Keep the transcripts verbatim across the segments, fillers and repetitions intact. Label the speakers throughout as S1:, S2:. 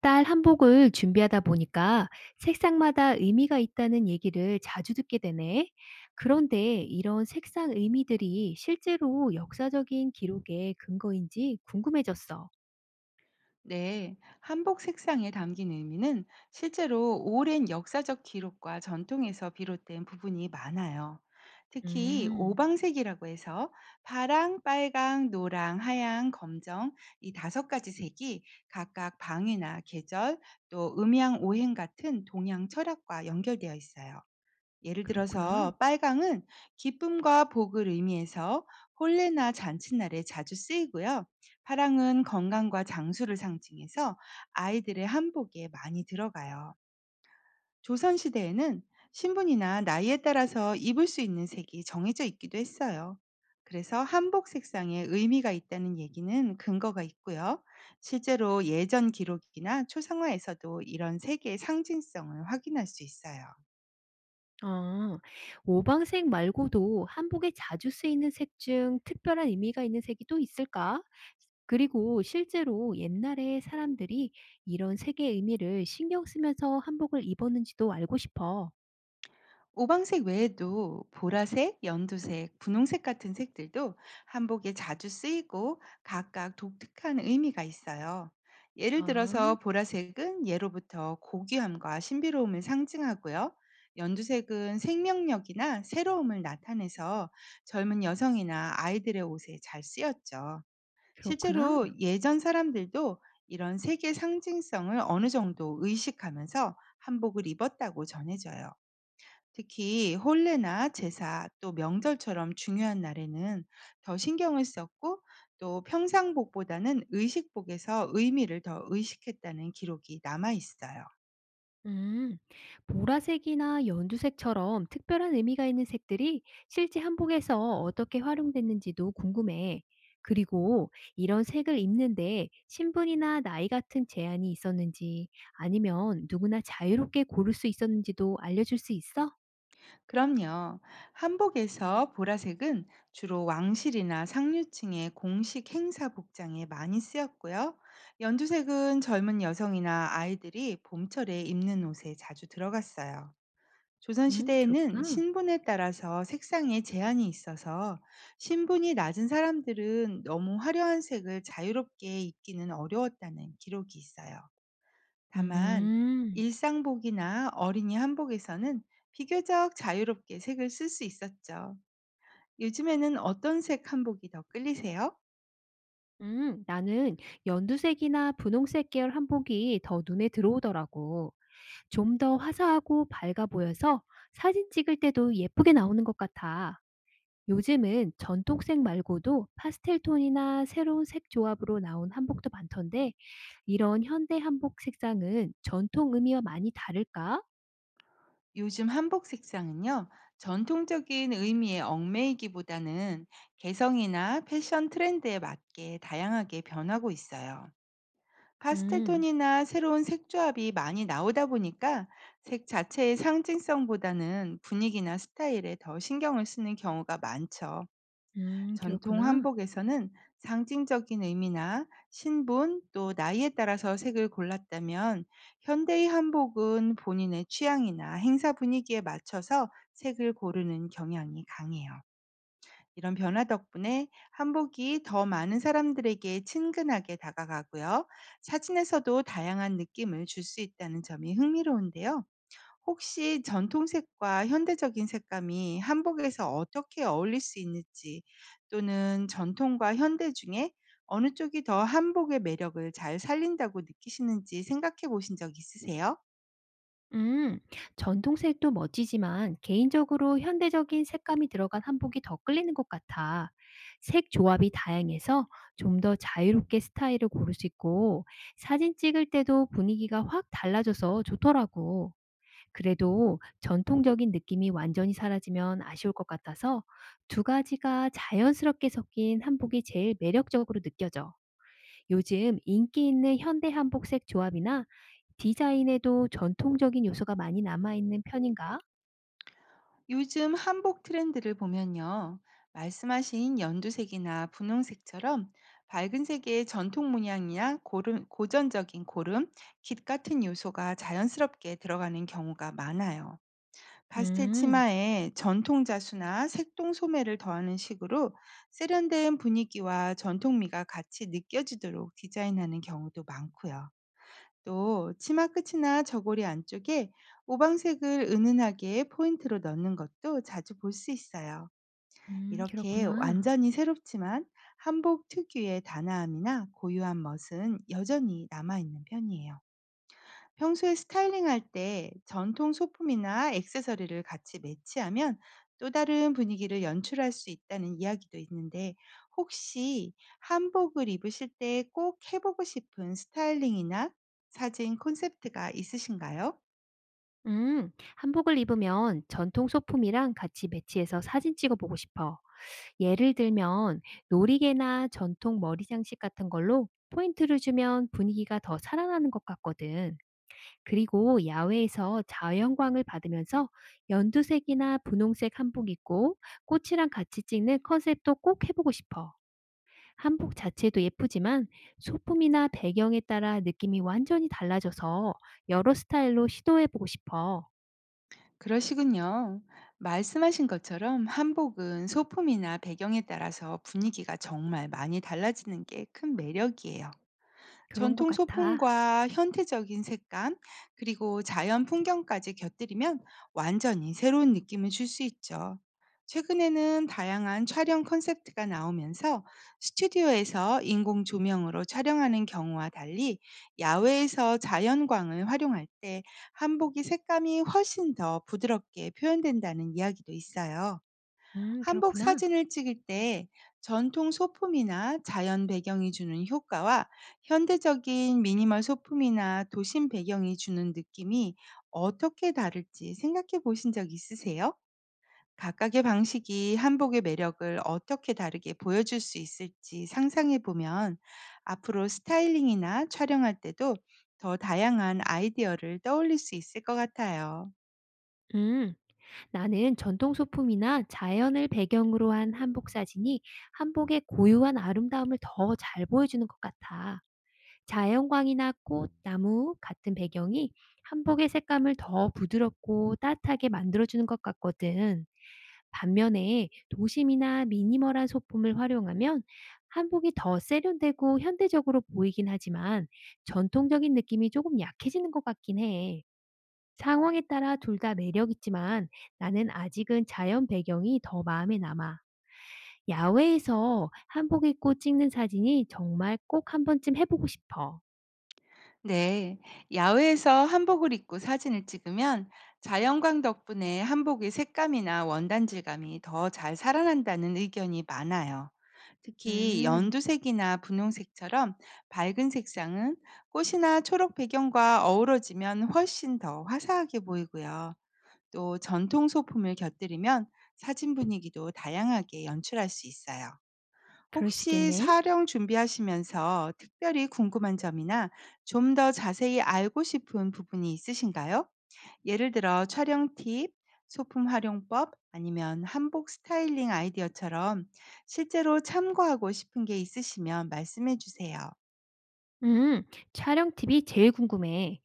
S1: 딸 한복을 준비하다 보니까 색상마다 의미가 있다는 얘기를 자주 듣게 되네. 그런데 이런 색상 의미들이 실제로 역사적인 기록의 근거인지 궁금해졌어.
S2: 네, 한복 색상에 담긴 의미는 실제로 오랜 역사적 기록과 전통에서 비롯된 부분이 많아요. 특히
S1: 음,
S2: 오방색이라고 해서 파랑, 빨강, 노랑, 하양, 검정 이 다섯 가지 색이 각각 방위나 계절 또 음양 오행 같은 동양 철학과 연결되어 있어요. 예를
S1: 그렇구나.
S2: 들어서 빨강은 기쁨과 복을 의미해서 혼례나 잔칫날에 자주 쓰이고요. 파랑은 건강과 장수를 상징해서 아이들의 한복에 많이 들어가요. 조선시대에는 신분이나 나이에 따라서 입을 수 있는 색이 정해져 있기도 했어요. 그래서 한복 색상에 의미가 있다는 얘기는 근거가 있고요. 실제로 예전 기록이나 초상화에서도 이런 색의 상징성을 확인할 수 있어요.
S1: 아, 오방색 말고도 한복에 자주 쓰이는 색 중 특별한 의미가 있는 색이 또 있을까? 그리고 실제로 옛날에 사람들이 이런 색의 의미를 신경 쓰면서 한복을 입었는지도 알고 싶어.
S2: 오방색 외에도 보라색, 연두색, 분홍색 같은 색들도 한복에 자주 쓰이고 각각 독특한 의미가 있어요. 예를
S1: 아.
S2: 들어서 보라색은 예로부터 고귀함과 신비로움을 상징하고요. 연두색은 생명력이나 새로움을 나타내서 젊은 여성이나 아이들의 옷에 잘 쓰였죠.
S1: 그렇구나.
S2: 실제로 예전 사람들도 이런 색의 상징성을 어느 정도 의식하면서 한복을 입었다고 전해져요. 특히 혼례나 제사 또 명절처럼 중요한 날에는 더 신경을 썼고 또 평상복보다는 의식복에서 의미를 더 의식했다는 기록이 남아 있어요.
S1: 음, 보라색이나 연두색처럼 특별한 의미가 있는 색들이 실제 한복에서 어떻게 활용됐는지도 궁금해. 그리고 이런 색을 입는데 신분이나 나이 같은 제한이 있었는지 아니면 누구나 자유롭게 고를 수 있었는지도 알려줄 수 있어?
S2: 그럼요. 한복에서 보라색은 주로 왕실이나 상류층의 공식 행사 복장에 많이 쓰였고요. 연두색은 젊은 여성이나 아이들이 봄철에 입는 옷에 자주 들어갔어요.
S1: 음,
S2: 조선시대에는
S1: 그렇구나.
S2: 신분에 따라서 색상에 제한이 있어서 신분이 낮은 사람들은 너무 화려한 색을 자유롭게 입기는 어려웠다는 기록이 있어요. 다만
S1: 음.
S2: 일상복이나 어린이 한복에서는 비교적 자유롭게 색을 쓸 수 있었죠. 요즘에는 어떤 색 한복이 더 끌리세요?
S1: 음, 나는 연두색이나 분홍색 계열 한복이 더 눈에 들어오더라고. 좀 더 화사하고 밝아 보여서 사진 찍을 때도 예쁘게 나오는 것 같아. 요즘은 전통색 말고도 파스텔 톤이나 새로운 색 조합으로 나온 한복도 많던데, 이런 현대 한복 색상은 전통 의미와 많이 다를까?
S2: 요즘 한복 색상은요, 전통적인 의미의 얽매이기보다는 개성이나 패션 트렌드에 맞게 다양하게 변하고 있어요.
S1: 음,
S2: 파스텔톤이나 새로운 색조합이 많이 나오다 보니까 색 자체의 상징성보다는 분위기나 스타일에 더 신경을 쓰는 경우가 많죠.
S1: 음,
S2: 전통
S1: 그렇구나.
S2: 한복에서는 상징적인 의미나 신분 또 나이에 따라서 색을 골랐다면 현대의 한복은 본인의 취향이나 행사 분위기에 맞춰서 색을 고르는 경향이 강해요. 이런 변화 덕분에 한복이 더 많은 사람들에게 친근하게 다가가고요. 사진에서도 다양한 느낌을 줄 수 있다는 점이 흥미로운데요. 혹시 전통색과 현대적인 색감이 한복에서 어떻게 어울릴 수 있는지 또는 전통과 현대 중에 어느 쪽이 더 한복의 매력을 잘 살린다고 느끼시는지 생각해 보신 적 있으세요?
S1: 음, 전통색도 멋지지만 개인적으로 현대적인 색감이 들어간 한복이 더 끌리는 것 같아. 색 조합이 다양해서 좀 더 자유롭게 스타일을 고를 수 있고 사진 찍을 때도 분위기가 확 달라져서 좋더라고. 그래도 전통적인 느낌이 완전히 사라지면 아쉬울 것 같아서 두 가지가 자연스럽게 섞인 한복이 제일 매력적으로 느껴져. 요즘 인기 있는 현대 한복색 조합이나 디자인에도 전통적인 요소가 많이 남아있는 편인가?
S2: 요즘 한복 트렌드를 보면요. 말씀하신 연두색이나 분홍색처럼 밝은 색의 전통 문양이나 고름, 고전적인 고름, 깃 같은 요소가 자연스럽게 들어가는 경우가 많아요. 파스텔
S1: 음,
S2: 치마에 전통 자수나 색동 소매를 더하는 식으로 세련된 분위기와 전통미가 같이 느껴지도록 디자인하는 경우도 많고요. 또 치마 끝이나 저고리 안쪽에 오방색을 은은하게 포인트로 넣는 것도 자주 볼 수 있어요.
S1: 음,
S2: 이렇게
S1: 그렇구나.
S2: 완전히 새롭지만 한복 특유의 단아함이나 고유한 멋은 여전히 남아 있는 편이에요. 평소에 스타일링할 때 전통 소품이나 액세서리를 같이 매치하면 또 다른 분위기를 연출할 수 있다는 이야기도 있는데 혹시 한복을 입으실 때 꼭 해보고 싶은 스타일링이나 사진 콘셉트가 있으신가요?
S1: 음, 한복을 입으면 전통 소품이랑 같이 매치해서 사진 찍어 보고 싶어. 예를 들면 놀이개나 전통 머리 장식 같은 걸로 포인트를 주면 분위기가 더 살아나는 것 같거든. 그리고 야외에서 자연광을 받으면서 연두색이나 분홍색 한복 입고 꽃이랑 같이 찍는 컨셉도 꼭 해보고 싶어. 한복 자체도 예쁘지만 소품이나 배경에 따라 느낌이 완전히 달라져서 여러 스타일로 시도해보고 싶어.
S2: 그러시군요. 말씀하신 것처럼 한복은 소품이나 배경에 따라서 분위기가 정말 많이 달라지는 게 큰 매력이에요.
S1: 그런 것
S2: 전통
S1: 같아.
S2: 소품과 현대적인 색감, 그리고 자연 풍경까지 곁들이면 완전히 새로운 느낌을 줄 수 있죠. 최근에는 다양한 촬영 컨셉트가 나오면서 스튜디오에서 인공 조명으로 촬영하는 경우와 달리 야외에서 자연광을 활용할 때 한복이 색감이 훨씬 더 부드럽게 표현된다는 이야기도 있어요.
S1: 음,
S2: 한복
S1: 그렇구나.
S2: 사진을 찍을 때 전통 소품이나 자연 배경이 주는 효과와 현대적인 미니멀 소품이나 도심 배경이 주는 느낌이 어떻게 다를지 생각해 보신 적 있으세요? 각각의 방식이 한복의 매력을 어떻게 다르게 보여줄 수 있을지 상상해 보면 앞으로 스타일링이나 촬영할 때도 더 다양한 아이디어를 떠올릴 수 있을 것 같아요.
S1: 음, 나는 전통 소품이나 자연을 배경으로 한 한복 사진이 한복의 고유한 아름다움을 더 잘 보여주는 것 같아. 자연광이나 꽃, 나무 같은 배경이 한복의 색감을 더 부드럽고 따뜻하게 만들어주는 것 같거든. 반면에 도심이나 미니멀한 소품을 활용하면 한복이 더 세련되고 현대적으로 보이긴 하지만 전통적인 느낌이 조금 약해지는 것 같긴 해. 상황에 따라 둘 다 매력 있지만 나는 아직은 자연 배경이 더 마음에 남아. 야외에서 한복 입고 찍는 사진이 정말 꼭 한 번쯤 해보고 싶어.
S2: 네, 야외에서 한복을 입고 사진을 찍으면 자연광 덕분에 한복의 색감이나 원단질감이 더 잘 살아난다는 의견이 많아요. 특히
S1: 음.
S2: 연두색이나 분홍색처럼 밝은 색상은 꽃이나 초록 배경과 어우러지면 훨씬 더 화사하게 보이고요. 또 전통 소품을 곁들이면 사진 분위기도 다양하게 연출할 수 있어요.
S1: 그럴 수
S2: 혹시
S1: 있겠네.
S2: 사령 준비하시면서 특별히 궁금한 점이나 좀 더 자세히 알고 싶은 부분이 있으신가요? 예를 들어 촬영 팁, 소품 활용법, 아니면 한복 스타일링 아이디어처럼 실제로 참고하고 싶은 게 있으시면 말씀해 주세요.
S1: 음, 촬영 팁이 제일 궁금해.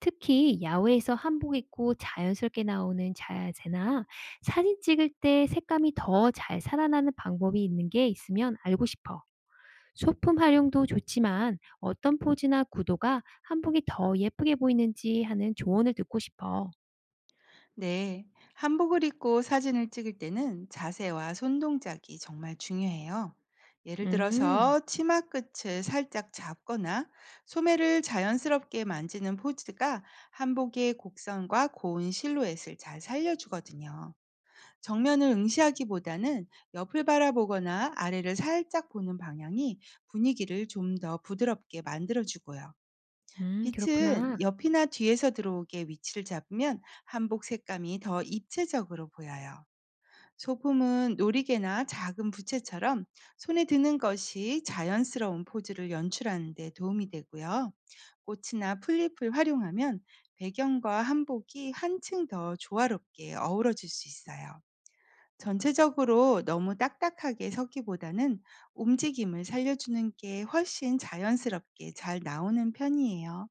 S1: 특히 야외에서 한복 입고 자연스럽게 나오는 자세나 사진 찍을 때 색감이 더 잘 살아나는 방법이 있는 게 있으면 알고 싶어. 소품 활용도 좋지만 어떤 포즈나 구도가 한복이 더 예쁘게 보이는지 하는 조언을 듣고 싶어.
S2: 네, 한복을 입고 사진을 찍을 때는 자세와 손 동작이 정말 중요해요. 예를
S1: 음,
S2: 들어서 치마 끝을 살짝 잡거나 소매를 자연스럽게 만지는 포즈가 한복의 곡선과 고운 실루엣을 잘 살려주거든요. 정면을 응시하기보다는 옆을 바라보거나 아래를 살짝 보는 방향이 분위기를 좀 더 부드럽게 만들어주고요.
S1: 음, 그렇구나.
S2: 빛은 옆이나 뒤에서 들어오게 위치를 잡으면 한복 색감이 더 입체적으로 보여요. 소품은 놀이개나 작은 부채처럼 손에 드는 것이 자연스러운 포즈를 연출하는 데 도움이 되고요. 꽃이나 풀잎을 활용하면 배경과 한복이 한층 더 조화롭게 어우러질 수 있어요. 전체적으로 너무 딱딱하게 서기보다는 움직임을 살려주는 게 훨씬 자연스럽게 잘 나오는 편이에요.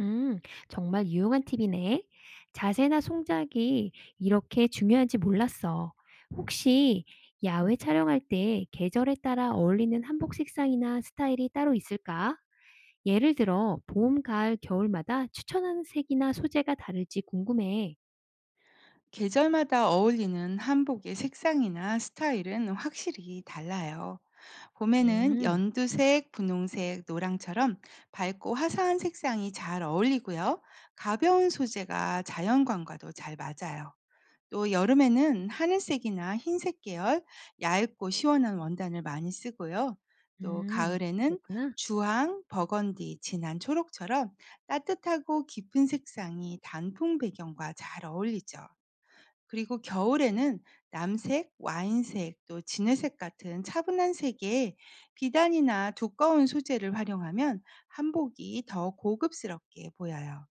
S1: 음, 정말 유용한 팁이네. 자세나 송작이 이렇게 중요한지 몰랐어. 혹시 야외 촬영할 때 계절에 따라 어울리는 한복 색상이나 스타일이 따로 있을까? 예를 들어, 봄, 가을, 겨울마다 추천하는 색이나 소재가 다를지 궁금해.
S2: 계절마다 어울리는 한복의 색상이나 스타일은 확실히 달라요. 봄에는
S1: 음,
S2: 연두색, 분홍색, 노랑처럼 밝고 화사한 색상이 잘 어울리고요. 가벼운 소재가 자연광과도 잘 맞아요. 또 여름에는 하늘색이나 흰색 계열, 얇고 시원한 원단을 많이 쓰고요. 또
S1: 음,
S2: 가을에는
S1: 그렇구나.
S2: 주황, 버건디, 진한 초록처럼 따뜻하고 깊은 색상이 단풍 배경과 잘 어울리죠. 그리고 겨울에는 남색, 와인색, 또 진회색 같은 차분한 색의 비단이나 두꺼운 소재를 활용하면 한복이 더 고급스럽게 보여요.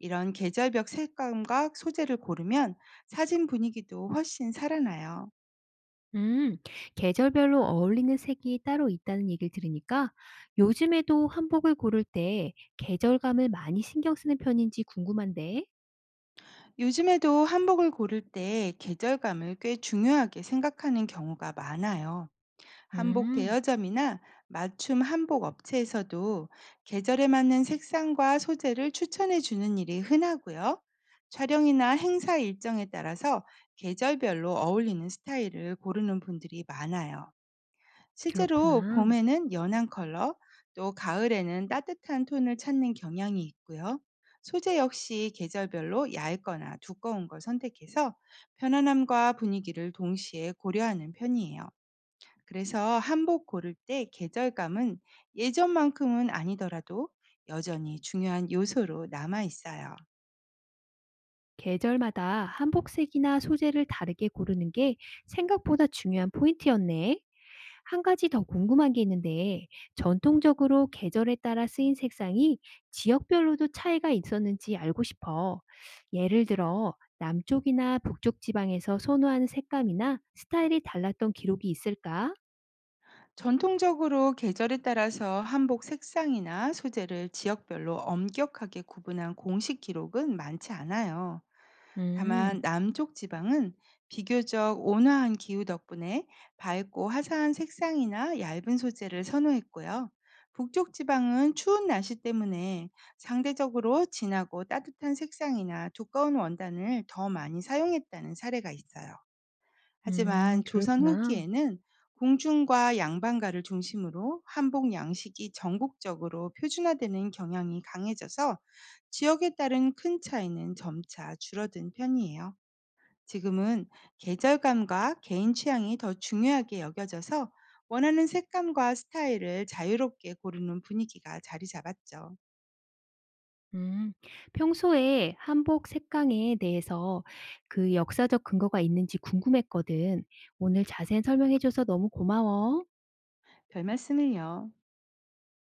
S2: 이런 계절별 색감과 소재를 고르면 사진 분위기도 훨씬 살아나요.
S1: 음, 계절별로 어울리는 색이 따로 있다는 얘기를 들으니까 요즘에도 한복을 고를 때 계절감을 많이 신경 쓰는 편인지 궁금한데.
S2: 요즘에도 한복을 고를 때 계절감을 꽤 중요하게 생각하는 경우가 많아요. 한복
S1: 음,
S2: 대여점이나 맞춤 한복 업체에서도 계절에 맞는 색상과 소재를 추천해 주는 일이 흔하고요. 촬영이나 행사 일정에 따라서 계절별로 어울리는 스타일을 고르는 분들이 많아요. 실제로
S1: 그렇구나.
S2: 봄에는 연한 컬러, 또 가을에는 따뜻한 톤을 찾는 경향이 있고요. 소재 역시 계절별로 얇거나 두꺼운 걸 선택해서 편안함과 분위기를 동시에 고려하는 편이에요. 그래서 한복 고를 때 계절감은 예전만큼은 아니더라도 여전히 중요한 요소로 남아 있어요.
S1: 계절마다 한복색이나 소재를 다르게 고르는 게 생각보다 중요한 포인트였네. 한 가지 더 궁금한 게 있는데, 전통적으로 계절에 따라 쓰인 색상이 지역별로도 차이가 있었는지 알고 싶어. 예를 들어, 남쪽이나 북쪽 지방에서 선호하는 색감이나 스타일이 달랐던 기록이 있을까?
S2: 전통적으로 계절에 따라서 한복 색상이나 소재를 지역별로 엄격하게 구분한 공식 기록은 많지 않아요.
S1: 음,
S2: 다만 남쪽 지방은 비교적 온화한 기후 덕분에 밝고 화사한 색상이나 얇은 소재를 선호했고요. 북쪽 지방은 추운 날씨 때문에 상대적으로 진하고 따뜻한 색상이나 두꺼운 원단을 더 많이 사용했다는 사례가 있어요.
S1: 음,
S2: 하지만 조선
S1: 그렇구나.
S2: 후기에는 공중과 양반가를 중심으로 한복 양식이 전국적으로 표준화되는 경향이 강해져서 지역에 따른 큰 차이는 점차 줄어든 편이에요. 지금은 계절감과 개인 취향이 더 중요하게 여겨져서 원하는 색감과 스타일을 자유롭게 고르는 분위기가 자리 잡았죠.
S1: 음, 평소에 한복 색감에 대해서 그 역사적 근거가 있는지 궁금했거든. 오늘 자세히 설명해줘서 너무 고마워.
S2: 별 말씀을요.